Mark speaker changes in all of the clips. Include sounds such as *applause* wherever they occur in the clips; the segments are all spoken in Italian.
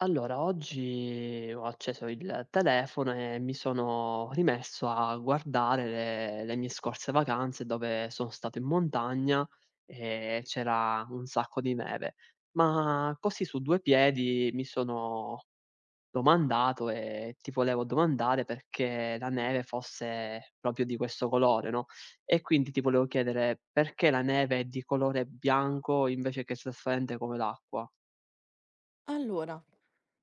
Speaker 1: Allora, oggi ho acceso il telefono e mi sono rimesso a guardare le mie scorse vacanze dove sono stato in montagna e c'era un sacco di neve. Ma così su due piedi mi sono domandato e ti volevo domandare perché la neve fosse proprio di questo colore, no? E quindi ti volevo chiedere perché la neve è di colore bianco invece che trasparente come l'acqua?
Speaker 2: Allora,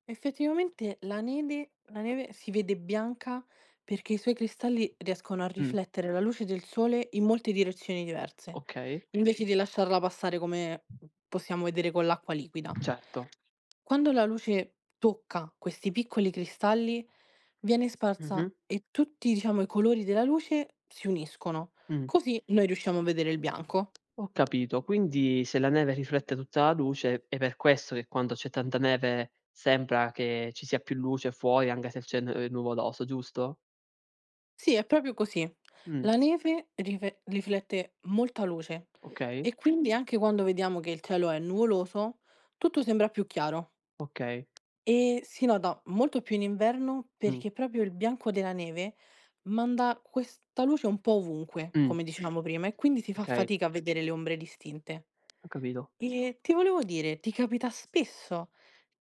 Speaker 2: effettivamente la neve si vede bianca perché i suoi cristalli riescono a
Speaker 1: Mh,
Speaker 2: riflettere la luce del sole in molte direzioni diverse,
Speaker 1: okay,
Speaker 2: invece di lasciarla passare come possiamo vedere con l'acqua liquida.
Speaker 1: certo.
Speaker 2: Quando la luce tocca questi piccoli cristalli, viene
Speaker 1: Mh-mh.
Speaker 2: sparsa e tutti, diciamo, i colori della luce si uniscono.
Speaker 1: Mh.
Speaker 2: Così noi riusciamo a vedere il bianco.
Speaker 1: Ho capito. Quindi se la neve riflette tutta la luce, è per questo che quando c'è tanta neve sembra che ci sia più luce fuori anche se c'è nu è nuvoloso, giusto?
Speaker 2: Sì, è proprio così.
Speaker 1: Mh.
Speaker 2: La neve rife riflette molta luce
Speaker 1: Okay,
Speaker 2: e quindi anche quando vediamo che il cielo è nuvoloso, tutto sembra più chiaro
Speaker 1: okay.
Speaker 2: e si nota molto più in inverno
Speaker 1: Mh.
Speaker 2: perché proprio il bianco della neve manda questa luce un po' ovunque,
Speaker 1: Mh.
Speaker 2: come dicevamo prima, e quindi si fa
Speaker 1: Okay,
Speaker 2: fatica a vedere le ombre distinte.
Speaker 1: ho capito.
Speaker 2: E ti volevo dire, ti capita spesso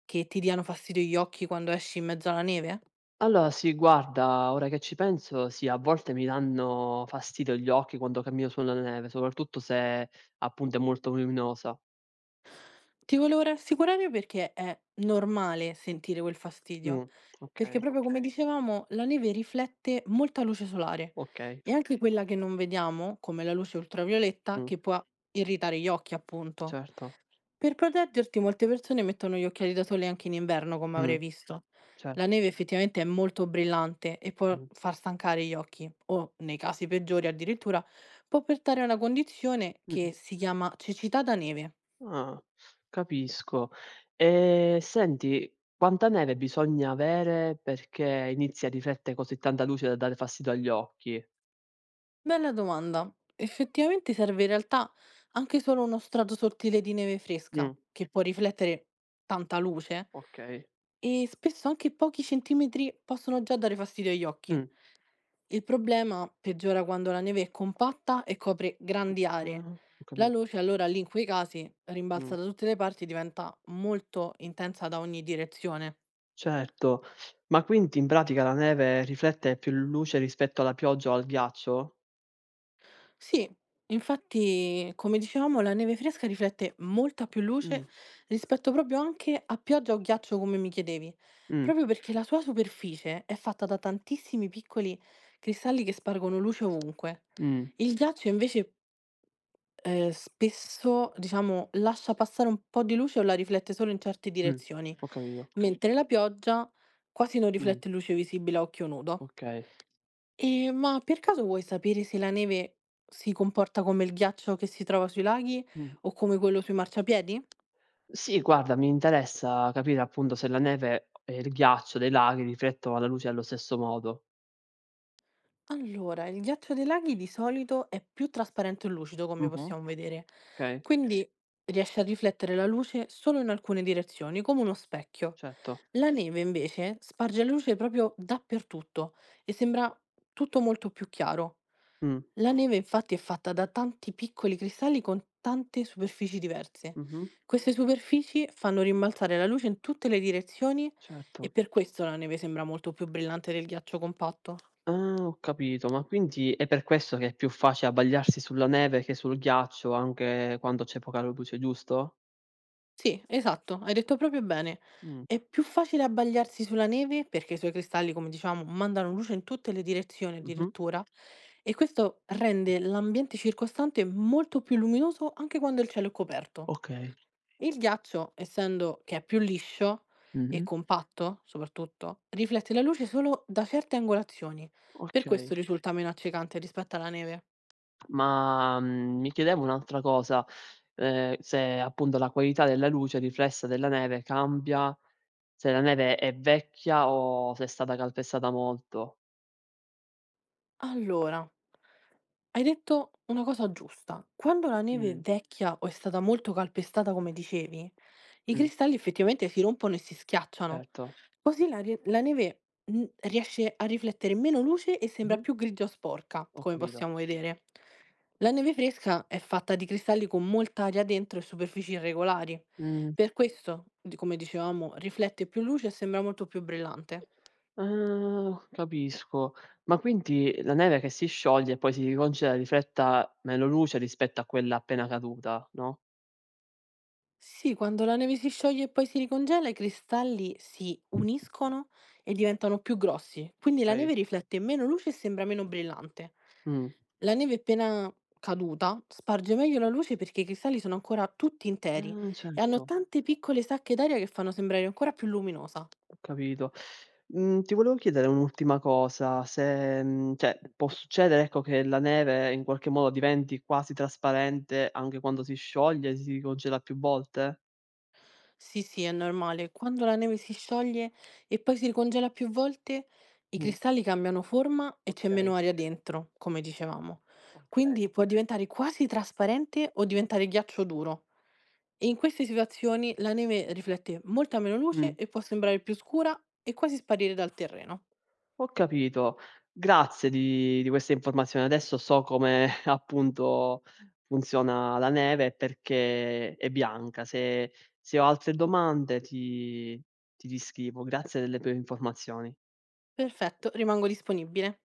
Speaker 2: che ti diano fastidio gli occhi quando esci in mezzo alla neve?
Speaker 1: Allora sì, guarda, ora che ci penso, sì, a volte mi danno fastidio gli occhi quando cammino sulla neve, soprattutto se appunto è molto luminosa.
Speaker 2: Ti volevo rassicurare perché è normale sentire quel
Speaker 1: Mh.
Speaker 2: fastidio, perché
Speaker 1: Okay,
Speaker 2: proprio come okay dicevamo la neve riflette molta luce solare
Speaker 1: okay.
Speaker 2: e anche quella che non vediamo, come la luce ultravioletta,
Speaker 1: Mh.
Speaker 2: che può irritare gli occhi, appunto.
Speaker 1: Certo.
Speaker 2: Per proteggerti molte persone mettono gli occhiali da sole anche in inverno, come
Speaker 1: Mh.
Speaker 2: avrai visto.
Speaker 1: Cer
Speaker 2: La neve effettivamente è molto brillante e può
Speaker 1: mh.
Speaker 2: far stancare gli occhi o, nei casi peggiori addirittura, può portare a una condizione
Speaker 1: Mh.
Speaker 2: che si chiama cecità da neve.
Speaker 1: Ah, capisco. E senti, quanta neve bisogna avere perché inizi a riflettere così tanta luce da dare fastidio agli occhi?
Speaker 2: Bella domanda. Effettivamente serve in realtà anche solo uno strato sottile di neve fresca,
Speaker 1: Mh,
Speaker 2: che può riflettere tanta luce,
Speaker 1: okay.
Speaker 2: e spesso anche pochi centimetri possono già dare fastidio agli occhi.
Speaker 1: Mh.
Speaker 2: Il problema peggiora quando la neve è compatta e copre grandi aree.
Speaker 1: Ah, ho
Speaker 2: La
Speaker 1: capito.
Speaker 2: luce allora lì in quei casi
Speaker 1: Mh,
Speaker 2: rimbalza da tutte le parti e diventa molto intensa da ogni direzione.
Speaker 1: certo. Ma quindi in pratica la neve riflette più luce rispetto alla pioggia o al ghiaccio?
Speaker 2: Sì, infatti, come dicevamo, la neve fresca riflette molta più
Speaker 1: Mh,
Speaker 2: luce rispetto proprio anche a pioggia o ghiaccio, come mi chiedevi,
Speaker 1: mh,
Speaker 2: proprio perché la sua superficie è fatta da tantissimi piccoli cristalli che spargono luce ovunque.
Speaker 1: mh,
Speaker 2: Il ghiaccio invece spesso, diciamo, lascia passare un po' di luce o la riflette solo in certe
Speaker 1: mh,
Speaker 2: direzioni,
Speaker 1: ho capito.
Speaker 2: mentre la pioggia quasi non
Speaker 1: Mh,
Speaker 2: riflette luce visibile a occhio nudo.
Speaker 1: okay.
Speaker 2: Ma per caso vuoi sapere se la neve si comporta come il ghiaccio che si trova sui laghi
Speaker 1: Mh.
Speaker 2: o come quello sui marciapiedi?
Speaker 1: Sì, guarda, mi interessa capire appunto se la neve e il ghiaccio dei laghi riflettono la luce allo stesso modo.
Speaker 2: Allora, il ghiaccio dei laghi di solito è più trasparente e lucido, come
Speaker 1: Mh-mh.
Speaker 2: possiamo vedere,
Speaker 1: Okay,
Speaker 2: quindi riesce a riflettere la luce solo in alcune direzioni, come uno specchio.
Speaker 1: certo.
Speaker 2: La neve, invece, sparge la luce proprio dappertutto e sembra tutto molto più chiaro.
Speaker 1: Mh.
Speaker 2: La neve infatti è fatta da tanti piccoli cristalli con tante superfici diverse.
Speaker 1: Mh-mh.
Speaker 2: Queste superfici fanno rimbalzare la luce in tutte le direzioni e
Speaker 1: Certo.
Speaker 2: per questo la neve sembra molto più brillante del ghiaccio compatto.
Speaker 1: Ah, ho capito, ma quindi è per questo che è più facile abbagliarsi sulla neve che sul ghiaccio anche quando c'è poca luce, giusto?
Speaker 2: Sì, esatto, hai detto proprio bene.
Speaker 1: Mh.
Speaker 2: È più facile abbagliarsi sulla neve perché i suoi cristalli, come diciamo, mandano luce in tutte le direzioni
Speaker 1: Mh-mh.
Speaker 2: addirittura e questo rende l'ambiente circostante molto più luminoso anche quando il cielo è coperto.
Speaker 1: Okay.
Speaker 2: Il ghiaccio, essendo che è più liscio e
Speaker 1: Mh-mh.
Speaker 2: compatto soprattutto, riflette la luce solo da certe angolazioni, per
Speaker 1: Okay.
Speaker 2: questo risulta meno accecante rispetto alla neve.
Speaker 1: Mi chiedevo un'altra cosa, se appunto la qualità della luce riflessa della neve cambia, se la neve è vecchia o se è stata calpestata molto.
Speaker 2: Allora, hai detto una cosa giusta. Quando la neve è
Speaker 1: Mh,
Speaker 2: vecchia o è stata molto calpestata, come dicevi, i
Speaker 1: mh,
Speaker 2: cristalli effettivamente si rompono e si schiacciano.
Speaker 1: certo.
Speaker 2: Così la, la neve riesce a riflettere meno luce e sembra
Speaker 1: Mh-mh,
Speaker 2: più grigia o sporca,
Speaker 1: ho
Speaker 2: come
Speaker 1: capito.
Speaker 2: possiamo vedere. La neve fresca è fatta di cristalli con molta aria dentro e superfici irregolari.
Speaker 1: Mh,
Speaker 2: Per questo, come dicevamo, riflette più luce e sembra molto più brillante.
Speaker 1: ah, capisco. Ma quindi la neve che si scioglie e poi si ricongela rifletta meno luce rispetto a quella appena caduta, no,
Speaker 2: Sì, quando la neve si scioglie e poi si ricongela, i cristalli si uniscono e diventano più grossi, quindi la
Speaker 1: okay.
Speaker 2: neve riflette meno luce e sembra meno brillante.
Speaker 1: Mh.
Speaker 2: La neve appena caduta sparge meglio la luce perché i cristalli sono ancora tutti interi
Speaker 1: Ah,
Speaker 2: e hanno
Speaker 1: certo.
Speaker 2: tante piccole sacche d'aria che fanno sembrare ancora più luminosa.
Speaker 1: Ho capito. Ti volevo chiedere un'ultima cosa, se, cioè può succedere, ecco, che la neve in qualche modo diventi quasi trasparente anche quando si scioglie, si congela più volte?
Speaker 2: Sì, sì, è normale. Quando la neve si scioglie e poi si ricongela più volte, i
Speaker 1: Mh,
Speaker 2: cristalli cambiano forma e c'è
Speaker 1: okay,
Speaker 2: meno aria dentro, come dicevamo.
Speaker 1: okay.
Speaker 2: Quindi può diventare quasi trasparente o diventare ghiaccio duro. E in queste situazioni la neve riflette molta meno luce
Speaker 1: Mh,
Speaker 2: e può sembrare più scura e quasi sparire dal terreno.
Speaker 1: ho capito. Grazie di queste informazioni. Adesso so come *laughs* appunto funziona la neve e perché è bianca. Se ho altre domande ti riscrivo. Grazie delle tue informazioni.
Speaker 2: Perfetto, rimango disponibile.